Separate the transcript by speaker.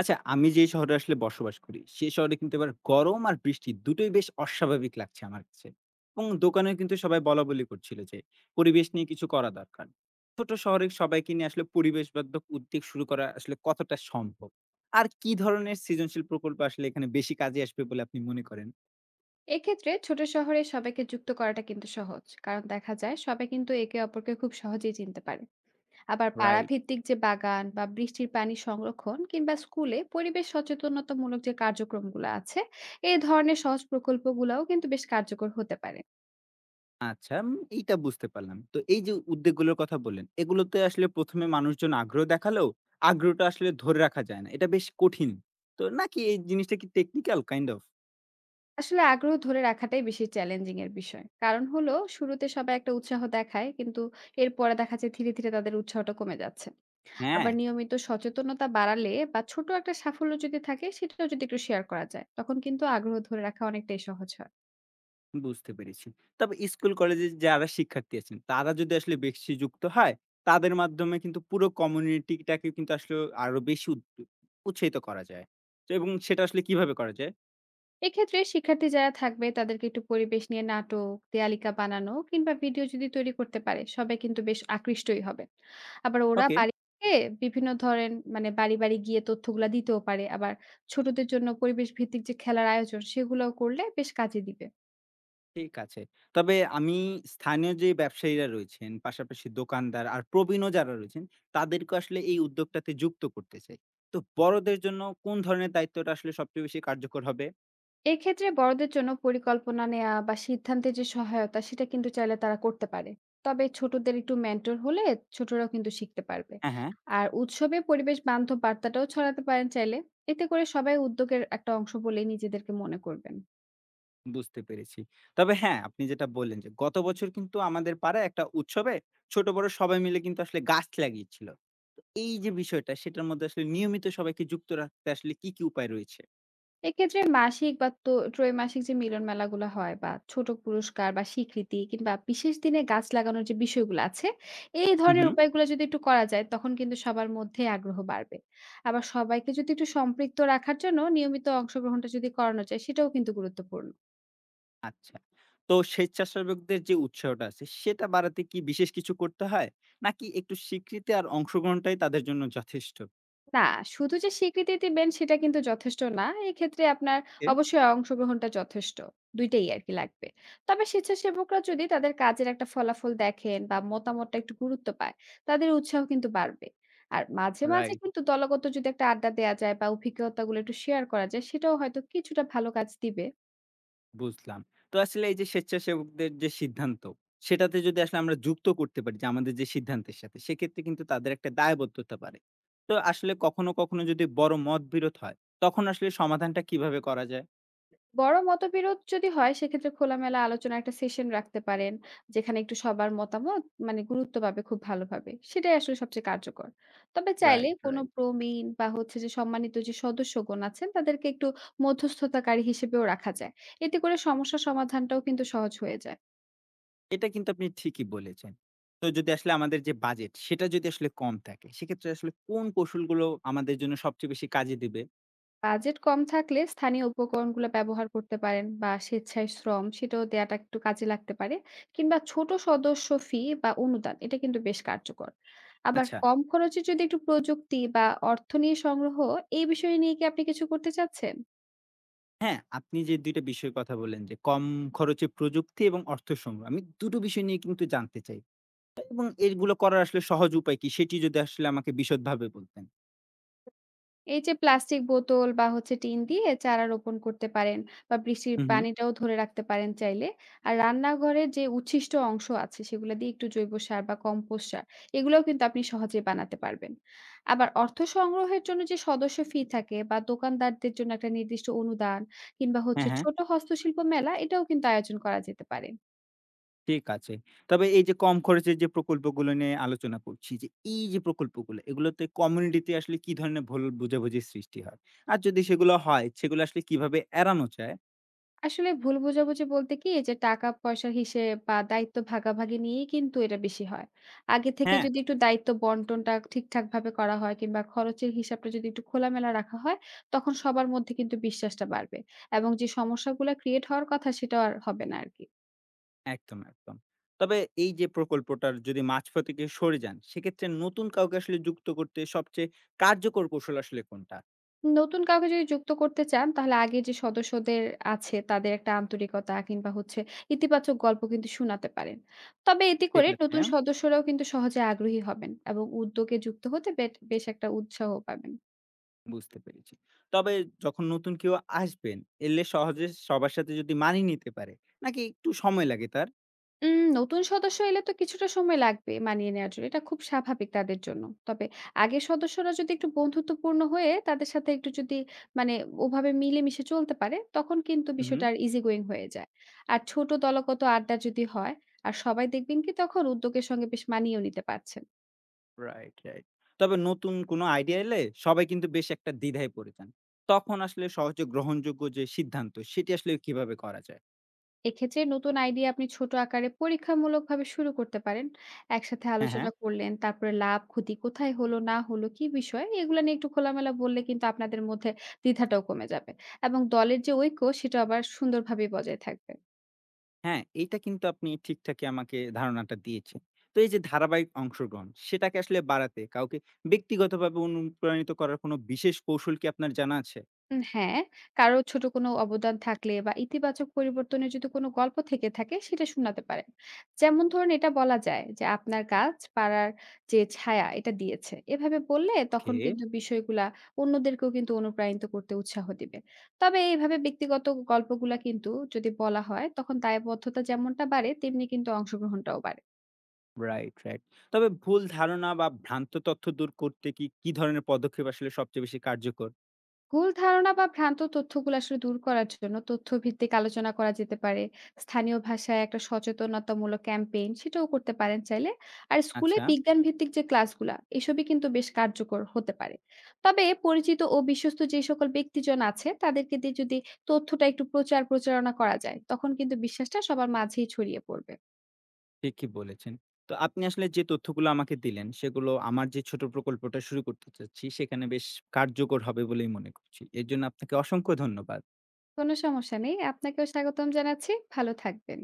Speaker 1: আচ্ছা, আমি যে শহরে আসলে বসবাস করি সে শহরে কিন্তু এবার গরম আর বৃষ্টি দুটোই বেশ অস্বাভাবিক লাগছে আমার কাছে। এবং দোকানে কিন্তু সবাই বলাবলি করছিল যে পরিবেশ নিয়ে কিছু করা দরকার। ছোট শহরে সবাইকে নিয়ে আসলে পরিবেশবান্ধব উদ্যোগ শুরু করা আসলে কতটা সম্ভব? আর কি ধরনের সৃজনশীল প্রকল্প আসলে এখানে বেশি কাজে আসবে বলে আপনি মনে করেন?
Speaker 2: এক্ষেত্রে ছোট শহরে সবাইকে যুক্ত করাটা কিন্তু সহজ, কারণ দেখা যায় সবাই কিন্তু একে অপরকে খুব সহজেই চিনতে পারে। আবার পাড়া
Speaker 1: রাইট।
Speaker 2: ভিত্তিক যে বাগান বা বৃষ্টির পানি সংরক্ষণ কিংবা স্কুলে পরিবেশ সচেতনতামূলক যে কার্যক্রমগুলো আছে, এই ধরনের সহজ প্রকল্পগুলোও কিন্তু বেশ কার্যকর হতে পারে।
Speaker 1: আচ্ছা, এইটা বুঝতে পারলাম। তো এই যে উদ্যোগগুলোর কথা বললেন, এগুলোতে আসলে ১ম এ মানুষজন আগ্রহ দেখালেও আগ্রহটা আসলে ধরে রাখা যায় না। এটা বেশ কঠিন। তো নাকি এই জিনিসটা কি টেকনিক্যাল কাইন্ড অফ?
Speaker 2: আসলে আগ্রহ ধরে রাখাটাই বেশি চ্যালেঞ্জিং এর বিষয়, কারণ হলো শুরুতে সবাই একটা উৎসাহ দেখায়, কিন্তু এরপরে দেখা যায় ধীরে ধীরে তাদের উৎসাহটা কমে যাচ্ছে।
Speaker 1: হ্যাঁ,
Speaker 2: আবার নিয়মিত সচেতনতা বাড়ালে বা ছোট একটা সাফল্য যদি থাকে সেটাও যদি একটু শেয়ার করা যায়, তখন কিন্তু আগ্রহ ধরে রাখা অনেকটাই সহজ হয়।
Speaker 1: বুঝতে পেরেছি। তবে স্কুল কলেজে যারা শিক্ষার্থী আছেন, তারা যদি আসলে বেশি যুক্ত হয়, তাদের মাধ্যমে কিন্তু পুরো কমিউনিটিটাকে কিন্তু আসলে আরো বেশি উৎসাহিত করা যায়। তো এবং সেটা আসলে কিভাবে করা যায়?
Speaker 2: এক্ষেত্রে শিক্ষার্থী যারা থাকবে তাদেরকে একটু পরিবেশ নিয়ে নাটক, দেয়ালিকা বানানো কিংবা ভিডিও যদি তৈরি করতে পারে, সবাই কিন্তু বেশ আকৃষ্টই হবে। আবার ওরা
Speaker 1: ওকে।
Speaker 2: বাড়ি থেকে বিভিন্ন ধরেন মানে বাড়ি বাড়ি গিয়ে তথ্যগুলা দিতেও পারে। আবার ছোটদের জন্য পরিবেশ ভিত্তিক যে খেলার আয়োজন, সেগুলোও করলে বেশ কাজে দিবে।
Speaker 1: ঠিক আছে। তবে আমি স্থানীয় যে ব্যবসায়ীরা রয়েছেন, পাশাপাশি দোকানদার আর প্রবীণও যারা রয়েছেন, তাদেরকে আসলে এই উদ্যোগটাতে যুক্ত করতে চাই। তো বড়দের জন্য কোন ধরনের দায়িত্বটা আসলে সবচেয়ে বেশি কার্যকর হবে?
Speaker 2: এক্ষেত্রে বড়দের জন্য পরিকল্পনা নেয়া বা সিদ্ধান্তের যে সহায়তা, সেটা কিন্তু চাইলে তারা করতে পারে। তবে ছোটদের একটু মেন্টর হলে ছোটরাও কিন্তু শিখতে পারবে।
Speaker 1: হ্যাঁ, হ্যাঁ,
Speaker 2: আর উৎসবে পরিবেশ বান্ধব বার্তাটাও ছড়াতে পারেন চাইলে। এতে করে সবাই উদ্যোগের একটা অংশ বলেই নিজেদেরকে মনে করবেন।
Speaker 1: বুঝতে পেরেছি। তবে হ্যাঁ, আপনি যেটা বললেন যে গত বছর কিন্তু আমাদের পাড়ায় একটা উৎসবে ছোট বড় সবাই মিলে কিন্তু আসলে গাছ লাগিয়েছিল। তো এই যে বিষয়টা সেটার মধ্যে আসলে নিয়মিত সবাইকে যুক্ত রাখতে আসলে কি, কি উপায় রয়েছে?
Speaker 2: এক্ষেত্রে মাসিক বা তো ত্রৈমাসিক যে মিলন মেলাগুলো হয় বা ছোট পুরস্কার বা স্বীকৃতি কিংবা বিশেষ দিনে গাছ লাগানোর যে বিষয়গুলো আছে, এই
Speaker 1: হু,
Speaker 2: ধরনের
Speaker 1: হু।
Speaker 2: উপায়গুলো যদি একটু করা যায়, তখন কিন্তু সবার মধ্যে আগ্রহ বাড়বে। আবার সবাইকে যদি একটু সম্পৃক্ত রাখার জন্য নিয়মিত অংশগ্রহণটা যদি করানো যায়, সেটাও কিন্তু গুরুত্বপূর্ণ।
Speaker 1: আচ্ছা। তো স্বেচ্ছাসেবকদের যে উৎসাহটা আছে, সেটা বাড়াতে কি বিশেষ কিছু করতে হয়? নাকি একটু স্বীকৃতি আর অংশগ্রহণটাই তাদের জন্য যথেষ্ট?
Speaker 2: না, শুধু যে স্বীকৃতি দিবেন সেটা কিন্তু যথেষ্ট না। এক্ষেত্রে আপনার
Speaker 1: এ
Speaker 2: অবশ্যই অংশগ্রহণটা যথেষ্ট। ২ টাই আরকি লাগবে। তবে স্বেচ্ছাসেবকরা যদি তাদের কাজের একটা ফলাফল দেখেন বা মতামতটা একটু গুরুত্ব পায়, তাদের উৎসাহ কিন্তু বাড়বে। আর মাঝে, মাঝে
Speaker 1: রাইট,
Speaker 2: কিন্তু দলগত যদি একটা আড্ডা দেয়া যায় বা অভিজ্ঞতাগুলো একটু শেয়ার করা যায়, সেটাও হয়তো কিছুটা ভালো কাজ দিবে।
Speaker 1: বুঝলাম। তো আসলে এই যে স্বেচ্ছাসেবকদের যে সিদ্ধান্ত, সেটাতে যদি আসলে আমরা যুক্ত করতে পারি যে আমাদের যে সিদ্ধান্তের সাথে, সেক্ষেত্রে কিন্তু তাদের একটা দায়বদ্ধতা বাড়ে। তো আসলে কখনো, কখনো যদি বড় মতবিরোধ হয়, তখন আসলে সমাধানটা কিভাবে করা যায়?
Speaker 2: বড় মতবিরোধ যদি হয়, সেক্ষেত্রে খোলামেলা আলোচনার একটা সেশন রাখতে পারেন, যেখানে একটু সবার মতামত মানে গুরুত্ব পাবে খুব ভালোভাবে। সেটাই আসলে সবচেয়ে কার্যকর। তবে চাইলে
Speaker 1: রাইট,
Speaker 2: কোনো
Speaker 1: রাইট।
Speaker 2: প্রবীণ বা হচ্ছে যে সম্মানিত যে সদস্যগণ আছেন তাদেরকে একটু মধ্যস্থতাকারী হিসেবেও রাখা যায়। এতে করে সমস্যা সমাধানটাও কিন্তু সহজ হয়ে যায়।
Speaker 1: এটা কিন্তু আপনি ঠিকই বলেছেন। তো যদি আসলে আমাদের যে বাজেট সেটা যদি আসলে কম থাকে, সেক্ষেত্রে আসলে কোন কৌশলগুলো আমাদের জন্য সবচেয়ে বেশি কাজে দিবে?
Speaker 2: বাজেট কম থাকলে স্থানীয় উপকরণগুলো ব্যবহার করতে পারেন বা স্বেচ্ছায় শ্রম, সেটাও দেয়াটা একটু কাজে লাগতে পারে। কিংবা ছোট সদস্য ফি বা অনুদান, এটা কিন্তু বেশ কার্যকর। আবার
Speaker 1: আচ্ছা,
Speaker 2: কম খরচে যদি একটু প্রযুক্তি বা অর্থ নিয়ে সংগ্রহ, এই বিষয়ে নিয়ে কি আপনি কিছু করতে চাচ্ছেন?
Speaker 1: হ্যাঁ, আপনি যে ২ টা বিষয়ের কথা বললেন যে কম খরচে প্রযুক্তি এবং অর্থ সংগ্রহ। আমি দুটো বিষয় নিয়ে কিন্তু জানতে চাই এবং এগুলো করার আসলে সহজ উপায় কি? সেটি যদি আসলে আমাকে বিশদভাবে বলতেন।
Speaker 2: এই যে প্লাস্টিক বোতল বা হচ্ছে টিন দিয়ে চারা রোপণ করতে পারেন বা বৃষ্টির
Speaker 1: হু, হু।
Speaker 2: পানিটাও ধরে রাখতে পারেন চাইলে। আর রান্নাঘরের যে উচ্ছিষ্ট অংশ আছে সেগুলো দিয়ে একটু জৈব সার বা কম্পোস্ট সার, এগুলোও কিন্তু আপনি সহজে বানাতে পারবেন। আবার অর্থ সংগ্রহের জন্য যে সদস্য ফি থাকে বা দোকানদারদের জন্য একটা নির্দিষ্ট অনুদান, কিংবা হচ্ছে
Speaker 1: হ্যাঁ, হ্যাঁ।
Speaker 2: ছোট হস্তশিল্প মেলা, এটাও কিন্তু আয়োজন করা যেতে পারে।
Speaker 1: ঠিক আছে। তবে এই যে কম খরচের যে প্রকল্পগুলো নিয়ে আলোচনা করছি যে, এই যে প্রকল্পগুলো এগুলোতে কমিউনিটিতে আসলে কি ধরনের ভুল বোঝাবুঝির সৃষ্টি হয়? আর যদি সেগুলো হয় সেগুলো আসলে কিভাবে এড়ানো যায়?
Speaker 2: আসলে ভুল বোঝাবুঝি বলতে কি, এই যে টাকা পয়সার হিসেব বা দায়িত্ব ভাগাভাগি নিয়েই কিন্তু এটা বেশি হয়। আগে থেকে
Speaker 1: হ্যাঁ,
Speaker 2: যদি একটু দায়িত্ব বন্টনটা ঠিকঠাক ভাবে করা হয় কিংবা খরচের হিসাবটা যদি একটু খোলামেলা রাখা হয়, তখন সবার মধ্যে কিন্তু বিশ্বাসটা বাড়বে। এবং যে সমস্যাগুলা ক্রিয়েট হওয়ার কথা সেটাও আর হবে না আরকি।
Speaker 1: একদম, একদম। তবে এই যে প্রকল্পটার যদি মাঝপথ থেকে সরে যান সেক্ষেত্রে নতুন কাউকে আসলে যুক্ত করতে সবচেয়ে কার্যকর কৌশল আসলে কোনটা?
Speaker 2: নতুন কাউকে যদি যুক্ত করতে চান, তাহলে আগের যে সদস্যদের আছে তাদের একটা আন্তরিকতা কিংবা হচ্ছে ইতিবাচক গল্প কিন্তু শোনাতে পারেন। তবে এতে
Speaker 1: ঠিক
Speaker 2: করে
Speaker 1: আছে,
Speaker 2: নতুন
Speaker 1: হ্যাঁ,
Speaker 2: সদস্যরাও কিন্তু সহজে আগ্রহী হবেন এবং উদ্যোগে যুক্ত হতে বেশ একটা উৎসাহ পাবেন।
Speaker 1: বুঝতে পেরেছি। তবে যখন নতুন কেউ আসবেন এলে সহজে সবার সাথে যদি মানিয়ে নিতে পারে নাকি একটু সময় লাগে তার?
Speaker 2: নতুন সদস্য এলে তো কিছুটা সময় লাগবে মানিয়ে নেওয়ার জন্য। এটা খুব স্বাভাবিক তাদের জন্য। তবে আগের সদস্যরা যদি একটু বন্ধুত্বপূর্ণ হয়ে তাদের সাথে একটু যদি মানে ওভাবে মিলেমিশে চলতে পারে, তখন কিন্তু
Speaker 1: হু, হু।
Speaker 2: বিষয়টা আর easy going হয়ে যায়। আর ছোট দলগত আড্ডা যদি হয়, আর সবাই দেখবেন কি তখন উদ্যোগের সঙ্গে বেশ মানিয়েও নিতে পারছেন।
Speaker 1: Right, right. তবে নতুন কোনো আইডিয়া এলে সবাই কিন্তু বেশ একটা দ্বিধায় পড়ে যান। তখন আসলে সহজে গ্রহণযোগ্য যে সিদ্ধান্ত সেটি আসলে কিভাবে করা যায়?
Speaker 2: এক্ষেত্রে নতুন আইডিয়া আপনি ছোট আকারে পরীক্ষামূলকভাবে শুরু করতে পারেন। একসাথে
Speaker 1: হ্যাঁ, হ্যাঁ।
Speaker 2: আলোচনা করলেন, তারপরে লাভ, ক্ষতি কোথায় হলো না হলো, কি বিষয়, এগুলা নিয়ে একটু খোলামেলা বললে কিন্তু আপনাদের মধ্যে দ্বিধাটাও কমে যাবে, এবং দলের যে ঐক্য সেটা আবার সুন্দরভাবেই বজায় থাকবে।
Speaker 1: হ্যাঁ, এইটা কিন্তু আপনি ঠিকঠাকই আমাকে ধারণাটা দিয়েছেন। তো এই যে ধারাবাহিক অংশগ্রহণ সেটাকে আসলে বাড়াতে কাউকে ব্যক্তিগতভাবে অনুপ্রাণিত করার কোনো বিশেষ কৌশল কি আপনার জানা আছে?
Speaker 2: হ্যাঁ, কারো ছোট কোনো অবদান থাকলে বা ইতিবাচক পরিবর্তনের যদি কোনো গল্প থেকে থাকে, সেটা শোনাতে পারেন। যেমন ধরুন, এটা বলা যায় যে আপনার কাজ পাড়ার যে ছায়া এটা দিয়েছে। এভাবে বললে
Speaker 1: ওকে।
Speaker 2: তখন কিন্তু বিষয়গুলা অন্যদেরকেও কিন্তু অনুপ্রাণিত করতে উৎসাহ দিবে। তবে এইভাবে ব্যক্তিগত গল্পগুলা কিন্তু যদি বলা হয়, তখন দায়বদ্ধতা যেমনটা বাড়ে তেমনি কিন্তু অংশগ্রহণটাও বাড়ে।
Speaker 1: Right, right. তবে ভুল ধারণা বা ভ্রান্ত তথ্য দূর করতে কি, কি ধরনের পদক্ষেপ আসলে সবচেয়ে বেশি কার্যকর?
Speaker 2: ভুল ধারণা বা ভ্রান্ত তথ্যগুলো আসলে দূর করার জন্য তথ্যভিত্তিক আলোচনা করা যেতে পারে। স্থানীয় ভাষায় একটা সচেতনতামূলক ক্যাম্পেইন সেটাও করতে পারেন চাইলে। আর স্কুলে
Speaker 1: আচ্ছা।
Speaker 2: বিজ্ঞান ভিত্তিক যে ক্লাসগুলা, এসবই কিন্তু বেশ কার্যকর হতে পারে। তবে পরিচিত ও বিশ্বস্ত যে সকল ব্যক্তিজন আছে তাদেরকে দিয়ে যদি তথ্যটা একটু প্রচার প্রচারণা করা যায়, তখন কিন্তু বিশ্বাসটা সবার মাঝেই ছড়িয়ে পড়বে।
Speaker 1: ঠিকই বলেছেন। তো আপনি আসলে যে তথ্যগুলো আমাকে দিলেন, সেগুলো আমার যে ছোট প্রকল্পটা শুরু করতে চাচ্ছি, সেখানে বেশ কার্যকর হবে বলেই মনে করছি। এর জন্য আপনাকে অসংখ্য ধন্যবাদ।
Speaker 2: কোনো সমস্যা নেই, আপনাকেও স্বাগতম জানাচ্ছি। ভালো থাকবেন।